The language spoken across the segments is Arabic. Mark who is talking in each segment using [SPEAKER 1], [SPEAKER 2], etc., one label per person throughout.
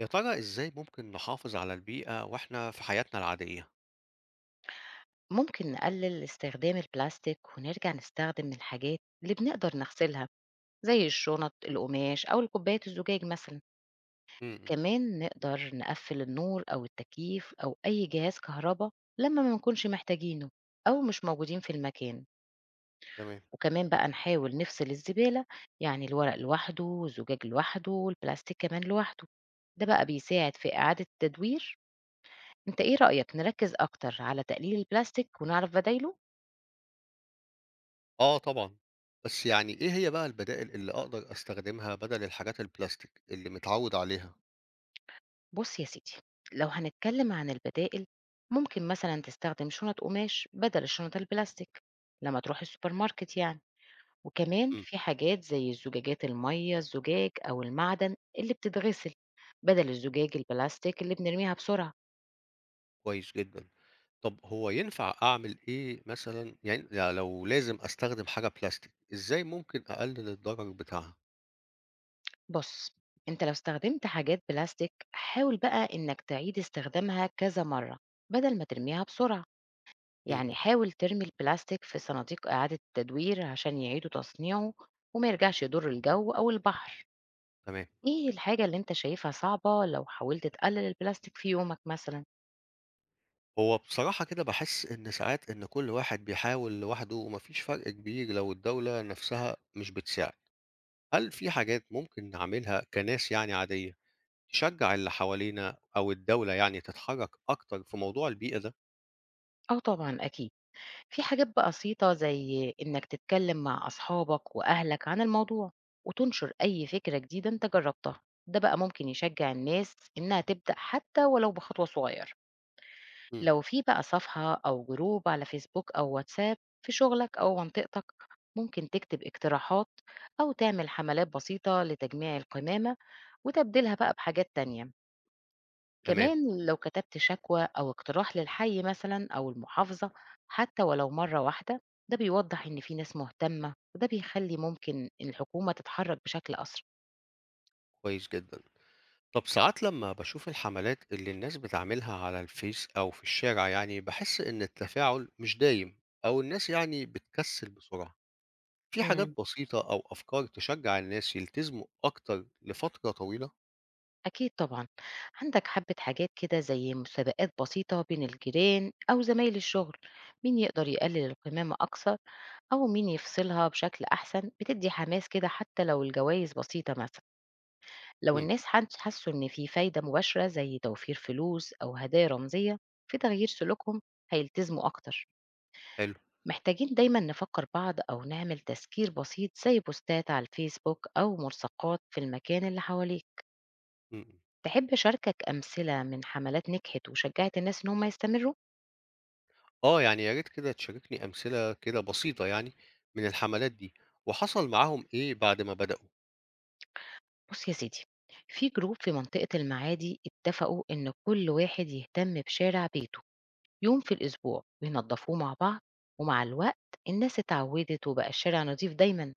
[SPEAKER 1] يا ترى إزاي ممكن نحافظ على البيئة وإحنا في حياتنا العادية؟
[SPEAKER 2] ممكن نقلل استخدام البلاستيك ونرجع نستخدم الحاجات اللي بنقدر نغسلها، زي الشنط القماش أو الكوبايات الزجاج مثلا.
[SPEAKER 1] أمم،
[SPEAKER 2] كمان نقدر نقفل النور أو التكييف أو أي جهاز كهرباء لما ما نكونش محتاجينه أو مش موجودين في المكان.
[SPEAKER 1] تمام
[SPEAKER 2] وكمان بقى نحاول نفصل الزبالة، يعني الورق لوحده والزجاج لوحده والبلاستيك كمان لوحده. ده بقى بيساعد في إعادة التدوير. انت ايه رأيك نركز أكتر على تقليل البلاستيك ونعرف بدايله؟
[SPEAKER 1] آه طبعًا، بس يعني إيه هي بقى البدائل اللي أقدر أستخدمها بدل الحاجات البلاستيك اللي متعود عليها؟
[SPEAKER 2] بص يا سيدي، لو هنتكلم عن البدائل، ممكن مثلا تستخدم شنط قماش بدل الشنط البلاستيك لما تروح السوبر ماركت يعني. وكمان
[SPEAKER 1] امم
[SPEAKER 2] في حاجات زي زجاجات المية الزجاج أو المعدن اللي بتتغسل، بدل الزجاج البلاستيك اللي بنرميها بسرعة.
[SPEAKER 1] كويس جدًا، طب هو ينفع أعمل إيه مثلًا يعني لو لازم أستخدم حاجة بلاستيك، إزاي ممكن أقلل الضرر بتاعها؟
[SPEAKER 2] بص، انت لو استخدمت حاجات بلاستيك حاول بقى انك تعيد استخدامها كذا مرة بدل ما ترميها بسرعة.
[SPEAKER 1] أمم،
[SPEAKER 2] يعني
[SPEAKER 1] أمم،
[SPEAKER 2] حاول ترمي البلاستيك في صناديق إعادة التدوير عشان يعيدوا تصنيعه وما يرجعش يضر الجو أو البحر.
[SPEAKER 1] تمام،
[SPEAKER 2] إيه الحاجة اللي أنت شايفها صعبة لو حاولت تقلل البلاستيك في يومك مثلا؟
[SPEAKER 1] هو بصراحة كده باحس إن ساعات إن كل واحد بيحاول لوحده ومفيش فرق كبير لو الدولة نفسها مش بتساعد. هل في حاجات ممكن نعملها كناس يعني عادية تشجع اللي حوالينا أو الدولة يعني تتحرك أكتر في موضوع البيئة ده؟
[SPEAKER 2] أو طبعا أكيد، في حاجات بسيطة زي إنك تتكلم مع أصحابك وأهلك عن الموضوع وتنشر أي فكرة جديدة أنت جربتها. ده بقى ممكن يشجع الناس إنها تبدأ حتى ولو بخطوة صغيرة.
[SPEAKER 1] مم.
[SPEAKER 2] لو في بقى صفحة أو جروب على فيسبوك أو واتساب في شغلك أو منطقتك، ممكن تكتب اقتراحات أو تعمل حملات بسيطة لتجميع القمامة وتبدلها بقى بحاجات تانية.
[SPEAKER 1] تمام
[SPEAKER 2] كمان لو كتبت شكوى أو اقتراح للحي مثلا أو المحافظة، حتى ولو مرة واحدة، ده بيوضح إن في ناس مهتمة وده بيخلي ممكن الحكومة تتحرك بشكل أسرع.
[SPEAKER 1] كويس جدا طب ساعات لما بشوف الحملات اللي الناس بتعملها على الفيس أو في الشارع يعني بحس إن التفاعل مش دايم أو الناس يعني بتكسل بسرعة في حاجات
[SPEAKER 2] مم.
[SPEAKER 1] بسيطة أو أفكار تشجع الناس يلتزموا أكتر لفترة طويلة؟
[SPEAKER 2] أكيد طبعا، عندك حبة حاجات كده زي مسابقات بسيطة بين الجيران أو زمايل الشغل، مين يقدر يقلل القمامة أكثر أو مين يفصلها بشكل أحسن. بتدي حماس كده حتى لو الجوائز بسيطة. مثلا لو
[SPEAKER 1] مم.
[SPEAKER 2] الناس حسوا إن في فايدة مباشرة زي توفير فلوس أو هدايا رمزية في تغيير سلوكهم، هيلتزموا أكتر.
[SPEAKER 1] حلو
[SPEAKER 2] محتاجين دايما نفكر بعض أو نعمل تذكير بسيط زي بوستات على الفيسبوك أو ملصقات في المكان اللي حواليك.
[SPEAKER 1] مم.
[SPEAKER 2] تحب أشاركك أمثلة من حملات نجحت وشجعت الناس إن هم يستمروا؟
[SPEAKER 1] آه، يعني يا ريت كده تشاركني أمثلة كده بسيطة يعني من الحملات دي، وحصل معاهم إيه بعد ما بدأوا؟
[SPEAKER 2] بُص يا سيدي، في جروب في منطقة المعادي اتفقوا إن كل واحد يهتم بشارع بيته يوم في الأسبوع وينضفوه مع بعض، ومع الوقت الناس اتعودت وبقى الشارع نضيف دايمًا.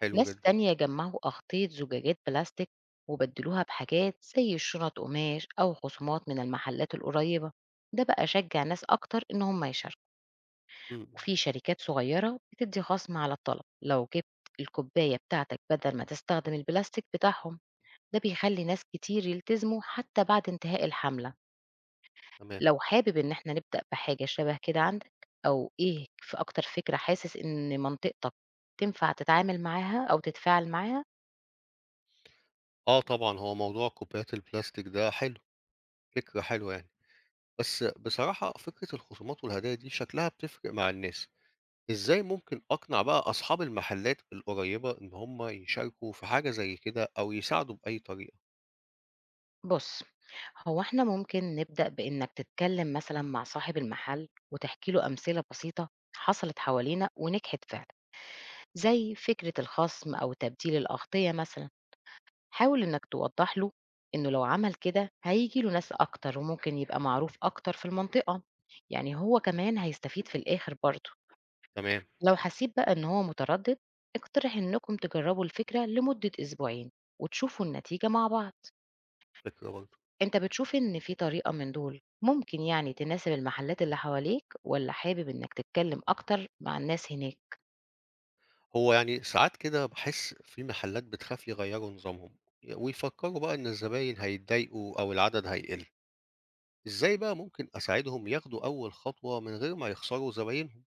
[SPEAKER 1] حلو
[SPEAKER 2] ناس
[SPEAKER 1] جدًا،
[SPEAKER 2] تانية جمعوا أغطية زجاجات بلاستيك وبدلوها بحاجات زي شنط قماش أو خصومات من المحلات القريبة، ده بقى شجع ناس أكتر إن هم يشاركوا.
[SPEAKER 1] إمم، إمم،
[SPEAKER 2] وفي شركات صغيرة بتدي خصم على الطلب لو جبت الكوباية بتاعتك بدل ما تستخدم البلاستيك بتاعهم، ده بيخلي ناس كتير يلتزموا حتى بعد انتهاء الحملة.
[SPEAKER 1] تمام.
[SPEAKER 2] لو حابب ان احنا نبدأ بحاجة شبه كده عندك، او ايه في اكتر فكرة حاسس ان منطقتك تنفع تتعامل معاها او تتفاعل معاها؟
[SPEAKER 1] آه طبعًا، هو موضوع كوبايات البلاستيك ده حلو، فكرة حلوة يعني، بس بصراحة فكرة الخصومات والهدايا دي شكلها بتفرق مع الناس، إزاي ممكن أقنع بقى أصحاب المحلات القريبة إن هم يشاركوا في حاجة زي كده أو يساعدوا بأي طريقة؟
[SPEAKER 2] بص، هو احنا ممكن نبدأ بانك تتكلم مثلا مع صاحب المحل وتحكي له امثلة بسيطة حصلت حوالينا ونجحت فعلا، زي فكرة الخصم أو تبديل الأغطية مثلا. حاول إنك توضح له إنه لو عمل كده هيجي له ناس أكتر وممكن يبقى معروف أكتر في المنطقة، يعني هو كمان هيستفيد في الآخر برضه.
[SPEAKER 1] تمام،
[SPEAKER 2] لو حسيت بقى إن هو متردد، اقترح إنكم تجربوا الفكرة لمدة أسبوعين وتشوفوا النتيجة مع بعض.
[SPEAKER 1] فكرة برضه.
[SPEAKER 2] أنت بتشوف إن في طريقة من دول ممكن يعني تناسب المحلات اللي حواليك، ولا حابب إنك تتكلم أكتر مع الناس هناك؟
[SPEAKER 1] هو يعني ساعات كده باحس في محلات بتخاف يغيّروا نظامهم، ويفكّروا بقى إن الزباين هيتضايقوا أو العدد هيقل، إزاي بقى ممكن أساعدهم ياخدوا أول خطوة من غير ما يخسروا زباينهم؟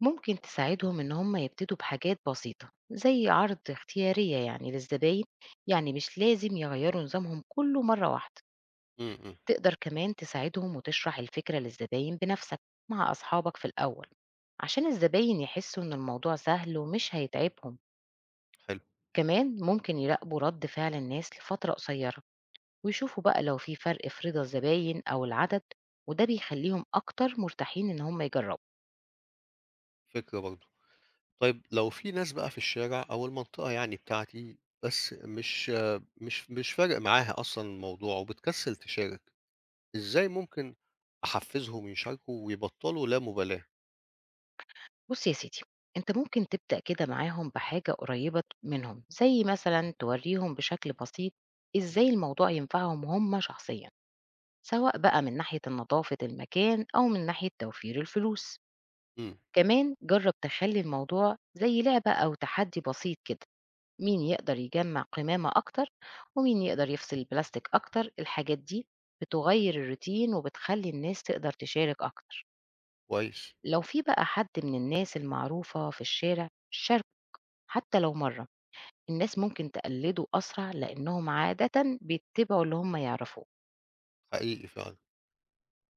[SPEAKER 2] ممكن تساعدهم إن هم يبتدوا بحاجات بسيطة زي عرض اختيارية يعني للزباين، يعني مش لازم يغيروا نظامهم كله مرة واحدة.
[SPEAKER 1] إمم، إمم،
[SPEAKER 2] تقدر كمان تساعدهم وتشرح الفكرة للزباين بنفسك مع أصحابك في الأول، عشان الزباين يحسوا إن الموضوع سهل ومش هيتعبهم.
[SPEAKER 1] حلو،
[SPEAKER 2] كمان ممكن يراقبوا رد فعل الناس لفترة قصيرة ويشوفوا بقى لو في فرق في رضا الزباين أو العدد، وده بيخليهم أكتر مرتاحين إن هم يجربوا.
[SPEAKER 1] فكرة برضه. طيب لو في ناس بقى في الشارع أو المنطقة يعني بتاعتي، بس مش فارق معاها أصلًا الموضوع وبتكسّل تشارك، إزاي ممكن أحفّزهم يشاركوا ويبطّلوا لا مبالاة؟
[SPEAKER 2] بُص يا سيدي، أنت ممكن تبدأ كده معاهم بحاجة قريبة ت منهم، زي مثلًا تورّيهم بشكل بسيط إزاي الموضوع ينفعهم هم شخصيًا، سواء بقى من ناحية النضافة المكان أو من ناحية توفير الفلوس.
[SPEAKER 1] إمم،
[SPEAKER 2] كمان جرّب تخلّي الموضوع زي لعبة أو تحدي بسيط كده، مين يقدر يجمّع قمامة أكتر ومين يقدر يفصل البلاستيك أكتر. الحاجات دي بتغيّر الروتين وبتخلّي الناس تقدر تشارك أكتر.
[SPEAKER 1] كويس،
[SPEAKER 2] لو في بقى حد من الناس المعروفة في الشارع شاركه حتى لو مرة، الناس ممكن تقلّده أسرع لإنهم عادةً بيتّبعوا اللي هم يعرفوه.
[SPEAKER 1] حقيقي فعلًا.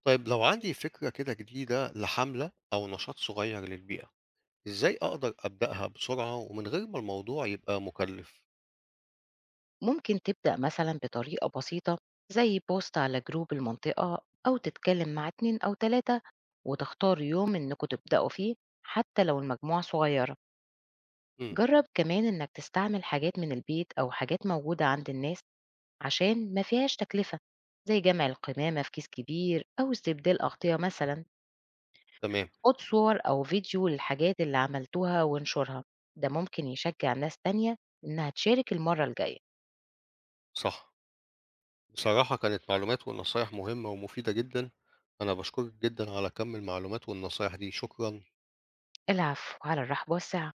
[SPEAKER 1] طيب لو عندي فكرة كده جديدة لحملة أو نشاط صغير للبيئة، إزاي أقدر أبدأها بسرعة ومن غير ما الموضوع يبقى مكلف؟
[SPEAKER 2] ممكن تبدأ مثلًا بطريقة بسيطة زي بوست على جروب المنطقة أو تتكلم مع 2 أو 3 وتختار يوم إنكم تبدأوا فيه حتى لو المجموعة صغيرة.
[SPEAKER 1] امم
[SPEAKER 2] جرّب كمان إنك تستعمل حاجات من البيت أو حاجات موجودة عند الناس عشان ما فيهاش تكلفة، زي جمع القمامة في كيس كبير أو استبدال أغطية مثلًا.
[SPEAKER 1] تمام
[SPEAKER 2] خُد صور أو فيديو للحاجات اللي عملتوها وانشُرها، ده ممكن يشجّع ناس تانية إنّها تشارك المرّة الجاية.
[SPEAKER 1] صح، بصراحة كانت معلومات ونصايح مهمة ومفيدة جدا، أنا بشكرك جدا على كم المعلومات والنصايح دي، شكرا.
[SPEAKER 2] العفو، على الرحب والسعة.